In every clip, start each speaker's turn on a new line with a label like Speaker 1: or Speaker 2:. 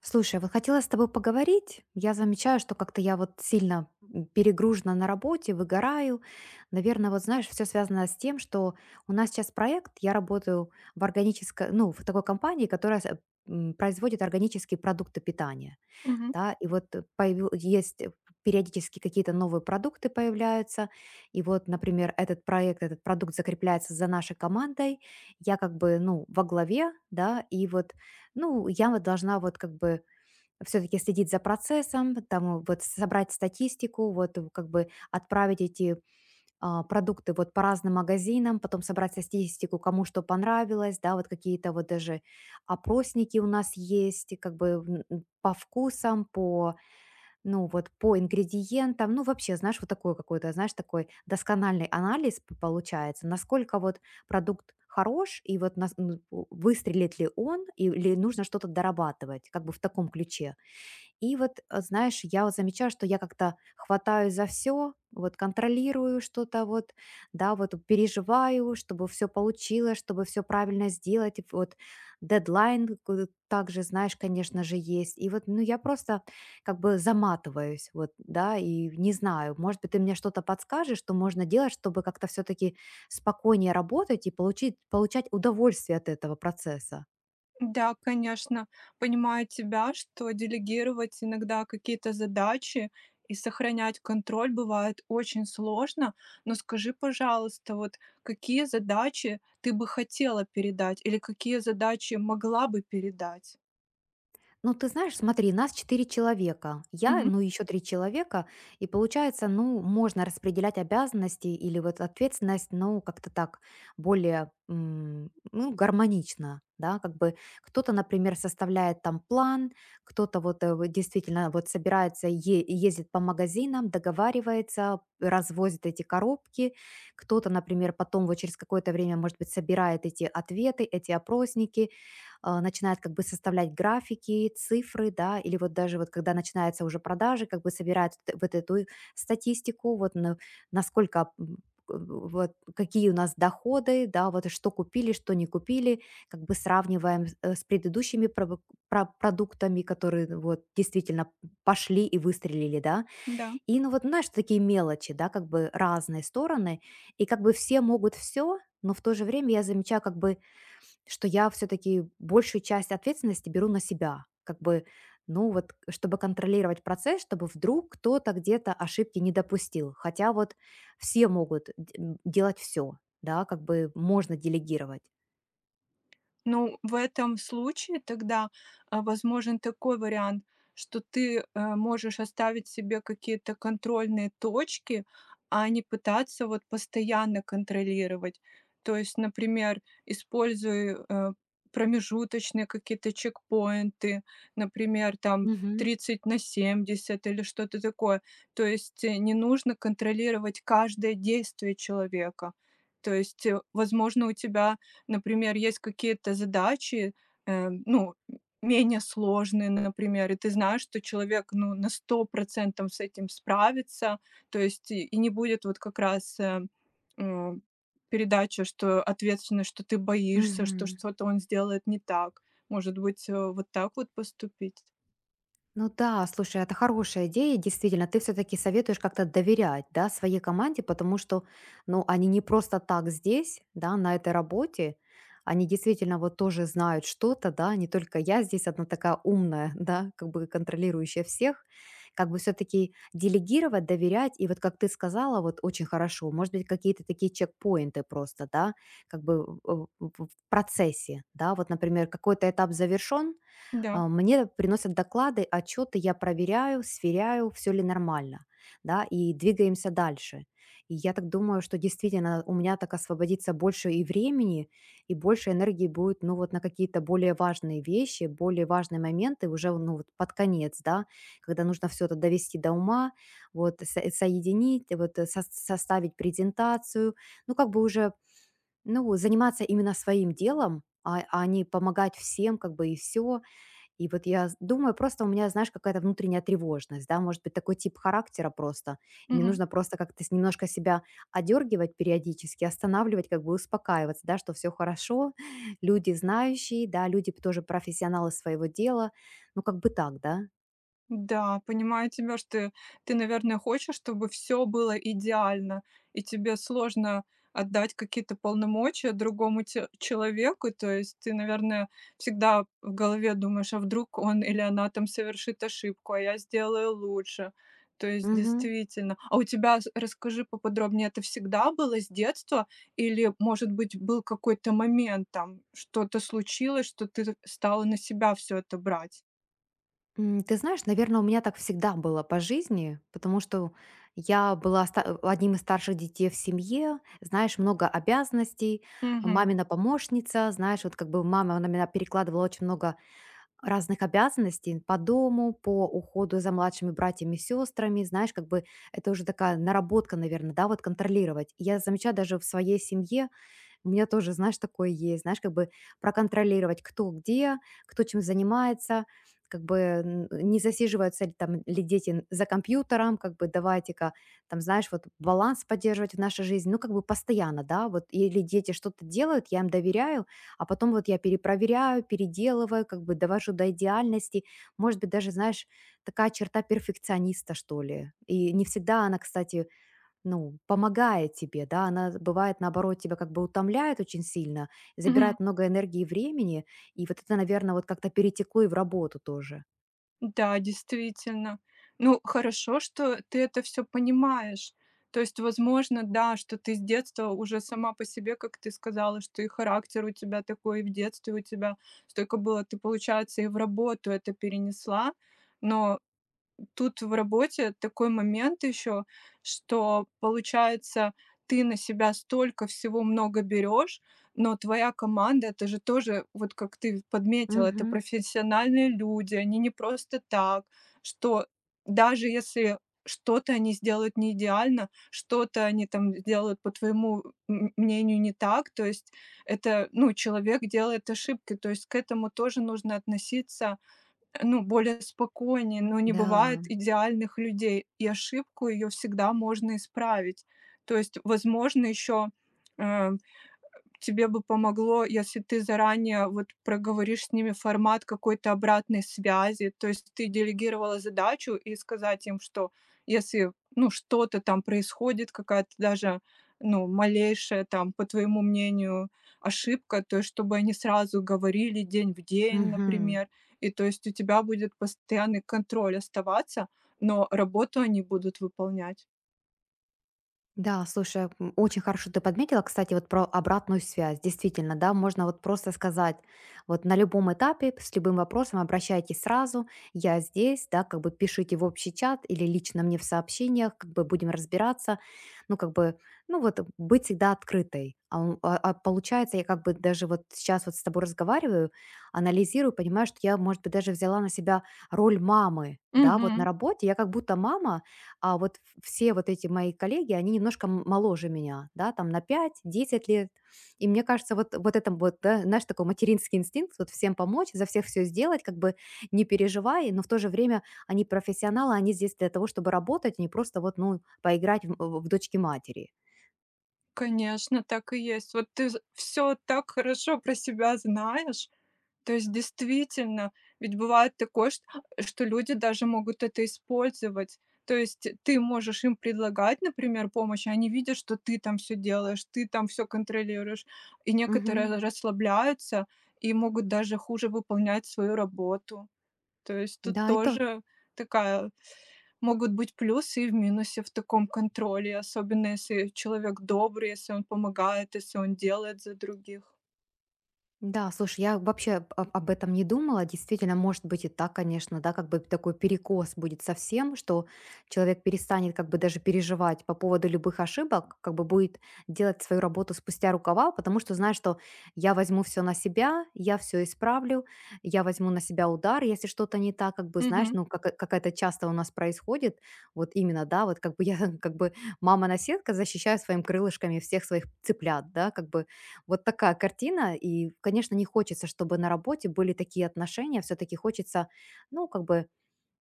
Speaker 1: Слушай, вот хотела с тобой поговорить. Я замечаю, что как-то я вот сильно перегружена на работе, выгораю. Наверное, вот знаешь, все связано с тем, что у нас сейчас проект, я работаю в органической, ну, в такой компании, которая производит органические продукты питания,
Speaker 2: Мгм.
Speaker 1: да, и вот есть периодически какие-то новые продукты появляются, и вот, например, этот проект, этот продукт закрепляется за нашей командой, я как бы, ну, во главе, да, и вот, ну, я вот должна вот как бы все таки следить за процессом, там вот собрать статистику, вот как бы отправить эти продукты вот по разным магазинам, потом собрать статистику, кому что понравилось, да, вот какие-то вот даже опросники у нас есть, и как бы по вкусам, по, ну вот по ингредиентам, ну вообще, знаешь, вот такой какой-то, знаешь, такой доскональный анализ получается, насколько вот продукт хорош, и вот ну, выстрелит ли он, или нужно что-то дорабатывать, как бы в таком ключе. И вот, знаешь, я вот замечаю, что я как-то хватаю за все, вот контролирую что-то, вот, да, вот переживаю, чтобы все получилось, чтобы все правильно сделать. Вот дедлайн также, знаешь, конечно же, есть. И вот, ну, я просто как бы заматываюсь, вот, да, и не знаю, может быть, ты мне что-то подскажешь, что можно делать, чтобы как-то все-таки спокойнее работать и получать удовольствие от этого процесса.
Speaker 2: Да, конечно, понимаю тебя, что делегировать иногда какие-то задачи и сохранять контроль бывает очень сложно. Но скажи, пожалуйста, вот какие задачи ты бы хотела передать или какие задачи могла бы передать?
Speaker 1: Ну, ты знаешь, смотри, нас 4 человека. Я,
Speaker 2: Мгм.
Speaker 1: ну, еще 3 человека. И получается, ну, можно распределять обязанности или вот ответственность, ну, как-то так, более, ну, гармонично, да, как бы кто-то, например, составляет там план, кто-то вот вот действительно вот собирается, ездит по магазинам, договаривается, развозит эти коробки, кто-то, например, потом вот через какое-то время, может быть, собирает эти ответы, эти опросники, начинает как бы составлять графики, цифры, да, или вот даже вот когда начинаются уже продажи, как бы собирает вот эту статистику, вот насколько вот какие у нас доходы, да, вот и что купили, что не купили, как бы сравниваем с с предыдущими продуктами, которые ну, вот действительно пошли и выстрелили, да,
Speaker 2: Да.
Speaker 1: и ну вот знаешь, такие мелочи, да, как бы разные стороны, и как бы все могут все, но в то же время я замечаю как бы что я все таки большую часть ответственности беру на себя. Как бы, ну вот, чтобы контролировать процесс, чтобы вдруг кто-то где-то ошибки не допустил. Хотя вот все могут делать все, да, как бы можно делегировать.
Speaker 2: Ну, в этом случае тогда, возможен такой вариант, что ты можешь оставить себе какие-то контрольные точки, а не пытаться вот постоянно контролировать. То есть, например, используй промежуточные какие-то чекпоинты, например, там
Speaker 1: Мгм.
Speaker 2: 30 на 70 или что-то такое. То есть, не нужно контролировать каждое действие человека. То есть, возможно, у тебя например, есть какие-то задачи, ну, менее сложные, например, и ты знаешь, что человек, ну, на 100% с этим справится. То есть и не будет вот как раз, м, передача, что ответственность, что ты боишься, что
Speaker 1: Мгм.
Speaker 2: что-то он сделает не так. Может быть, вот так вот поступить?
Speaker 1: Ну да, слушай, это хорошая идея, действительно. Ты все-таки советуешь как-то доверять, да, своей команде, потому что, ну, они не просто так здесь, да, на этой работе, они действительно вот тоже знают что-то, да, не только я здесь одна такая умная, да, как бы контролирующая всех, как бы все-таки делегировать, доверять, и вот как ты сказала, вот очень хорошо, может быть, какие-то такие чекпоинты просто, да, как бы в в процессе, да, вот, например, какой-то этап завершен,
Speaker 2: Да.
Speaker 1: мне приносят доклады, отчеты, я проверяю, сверяю, все ли нормально, да, и двигаемся дальше. И я так думаю, что действительно у меня так освободится больше и времени, и больше энергии будет, ну, вот на какие-то более важные вещи, более важные моменты уже, ну, вот под конец, да, когда нужно все это довести до ума, вот, соединить, вот, составить презентацию, ну, как бы уже, ну, заниматься именно своим делом, а не помогать всем, как бы, и все, и вот я с думаю, просто у меня, знаешь, какая-то внутренняя тревожность, да, может быть, такой тип характера просто. И мне нужно просто как-то с немножко себя одергивать периодически, останавливать, как бы успокаиваться, да, что все хорошо, люди знающие, да, люди тоже профессионалы своего дела. Ну, как бы так, да.
Speaker 2: Да, понимаю тебя, что ты, наверное, хочешь, чтобы все было идеально, и тебе сложно отдать какие-то полномочия другому те человеку. То есть ты, наверное, всегда в голове думаешь: "А вдруг он или она там совершит ошибку, а я сделаю лучше?" То есть
Speaker 1: Мгм.
Speaker 2: действительно. А у тебя, с расскажи поподробнее, это всегда было с детства или, может быть, был какой-то момент там, что-то случилось, что ты стала на себя все это брать?
Speaker 1: Ты знаешь, наверное, у меня так всегда было по жизни, потому что я была одним из старших детей в семье. Знаешь, много обязанностей,
Speaker 2: Мгм.
Speaker 1: мамина помощница. Знаешь, вот как бы мама на меня перекладывала очень много разных обязанностей по дому, по уходу за младшими братьями и сестрами. Знаешь, как бы это уже такая наработка, наверное, да, вот контролировать. И я замечаю даже в своей семье, у меня тоже, знаешь, такое есть, знаешь, как бы проконтролировать, кто где, кто чем занимается, как бы не засиживаются ли там ли дети за компьютером, как бы давайте-ка, там, знаешь, вот баланс поддерживать в нашей жизни, ну, как бы постоянно, да, вот, или дети что-то делают, я им доверяю, а потом вот я перепроверяю, переделываю, как бы довожу до идеальности, может быть, даже, знаешь, такая черта перфекциониста, что ли, и не всегда она, кстати, ну, помогает тебе, да, она бывает, наоборот, тебя как бы утомляет очень сильно,
Speaker 2: Мгм.
Speaker 1: забирает много энергии и времени, и вот это, наверное, вот как-то перетекло и в работу тоже.
Speaker 2: Да, действительно. Ну, хорошо, что ты это все понимаешь. То есть, возможно, да, что ты с детства уже сама по себе, как ты сказала, что и характер у тебя такой, и в детстве у тебя столько было, ты, получается, и в работу это перенесла. Но тут в работе такой момент еще, что получается ты на себя столько всего много берешь, но твоя команда это же тоже, вот как ты подметила, это
Speaker 1: Мгм.
Speaker 2: профессиональные люди, они не просто так, что даже если что-то они сделают не идеально, что-то они там сделают, по твоему м- мнению, не так. То есть это, ну, человек делает ошибки. То есть к этому тоже нужно относиться ну, более спокойнее, но не
Speaker 1: Да,
Speaker 2: бывает идеальных людей, и ошибку ее всегда можно исправить. То есть, возможно, еще тебе бы помогло, если ты заранее вот проговоришь с ними формат какой-то обратной связи, то есть ты делегировала задачу и сказать им, что если, ну, что-то там происходит, какая-то даже, ну, малейшая там, по твоему мнению, ошибка, то есть чтобы они сразу говорили день в день,
Speaker 1: мгм.
Speaker 2: например, и то есть у тебя будет постоянный контроль оставаться, но работу они будут выполнять.
Speaker 1: Да, слушай, очень хорошо ты подметила, кстати, вот про обратную связь. Действительно, да, можно вот просто сказать, вот на любом этапе, с любым вопросом обращайтесь сразу, я здесь, да, как бы пишите в общий чат или лично мне в сообщениях, как бы будем разбираться, ну, как бы, ну, вот быть всегда открытой. А, а получается, я как бы даже вот сейчас вот с тобой разговариваю, анализирую, понимаю, что я, может быть, даже взяла на себя роль мамы, да, вот на
Speaker 2: Мгм.
Speaker 1: работе я как будто мама, а вот в все вот эти мои коллеги, они немножко моложе меня, да, там на 5, 10 лет. И мне кажется, вот, вот это вот, да, знаешь, такой материнский инстинкт, вот всем помочь, за всех все сделать, как бы не переживай, но в то же время они профессионалы, они здесь для того, чтобы работать, а не просто вот, ну, поиграть в, дочки матери.
Speaker 2: Конечно, так и есть. Вот ты все так хорошо про себя знаешь. То есть действительно, ведь бывает такое, чт что люди даже могут это использовать. То есть ты можешь им предлагать, например, помощь, а они видят, что ты там все делаешь, ты там все контролируешь. И
Speaker 1: Мгм.
Speaker 2: некоторые расслабляются и могут даже хуже выполнять свою работу. То есть тут
Speaker 1: Да, и то
Speaker 2: тоже такая могут быть плюсы и в минусе в таком контроле, особенно если человек добрый, если он помогает, если он делает за других.
Speaker 1: да, слушай, я вообще об этом не думала. Действительно, может быть и так, конечно, да, как бы такой перекос будет совсем, что человек перестанет как бы даже переживать по поводу любых ошибок, как бы будет делать свою работу спустя рукава, потому что знает, что я возьму все на себя, я все исправлю, я возьму на себя удар, если что-то не так, как бы, знаешь,
Speaker 2: Мгм.
Speaker 1: ну, как, как это часто у нас происходит, вот именно, да, вот как бы я, как бы мама-наседка защищаю своим крылышками всех своих цыплят, да, как бы вот такая картина. И, конечно, не хочется, чтобы на работе были такие отношения. Все-таки хочется, ну, как бы,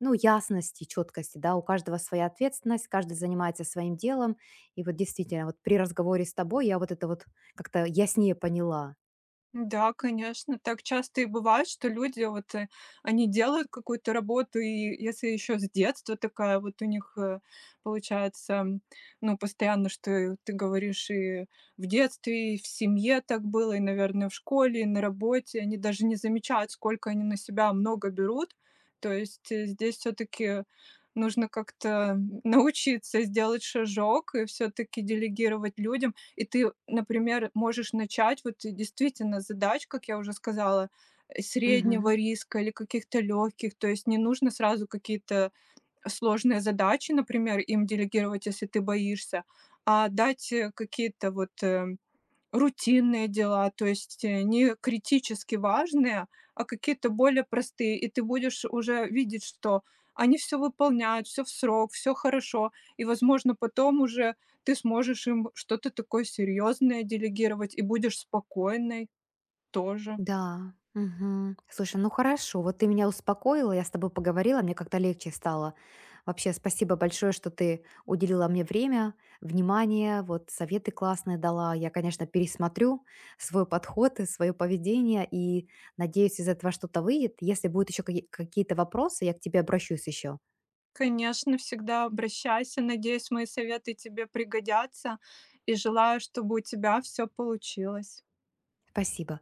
Speaker 1: ну, ясности, четкости, да, у каждого своя ответственность, каждый занимается своим делом. И вот действительно, вот при разговоре с тобой я вот это вот как-то яснее поняла.
Speaker 2: Да, конечно, так часто и бывает, что люди они делают какую-то работу, и если еще с детства такая вот у них, получается, ну, постоянно, что и ты говоришь, и в детстве, и в семье так было, и, наверное, в школе, и на работе. Они даже не замечают, сколько они на себя много берут. То есть, здесь все-таки нужно как-то научиться сделать шажок и все-таки делегировать людям. И ты, например, можешь начать вот действительно с задач, как я уже сказала,
Speaker 1: Мгм.
Speaker 2: среднего риска или каких-то легких. То есть не нужно сразу какие-то сложные задачи, например, им делегировать, если ты боишься, а дать какие-то вот рутинные дела, то есть, не критически важные, а какие-то более простые. И ты будешь уже видеть, что они все выполняют, все в срок, все хорошо. И, возможно, потом уже ты сможешь им что-то такое серьезное делегировать и будешь спокойной тоже.
Speaker 1: Да, мгм. Слушай, ну хорошо, вот ты меня успокоила, я с тобой поговорила, мне как-то легче стало. Вообще, спасибо большое, что ты уделила мне время, внимание, вот советы классные дала. Я, конечно, пересмотрю свой подход и свое поведение, и надеюсь, из этого что-то выйдет. Если будут еще какие-то вопросы, я к тебе обращусь еще.
Speaker 2: Конечно, всегда обращайся. Надеюсь, мои советы тебе пригодятся, и желаю, чтобы у тебя все получилось.
Speaker 1: Спасибо.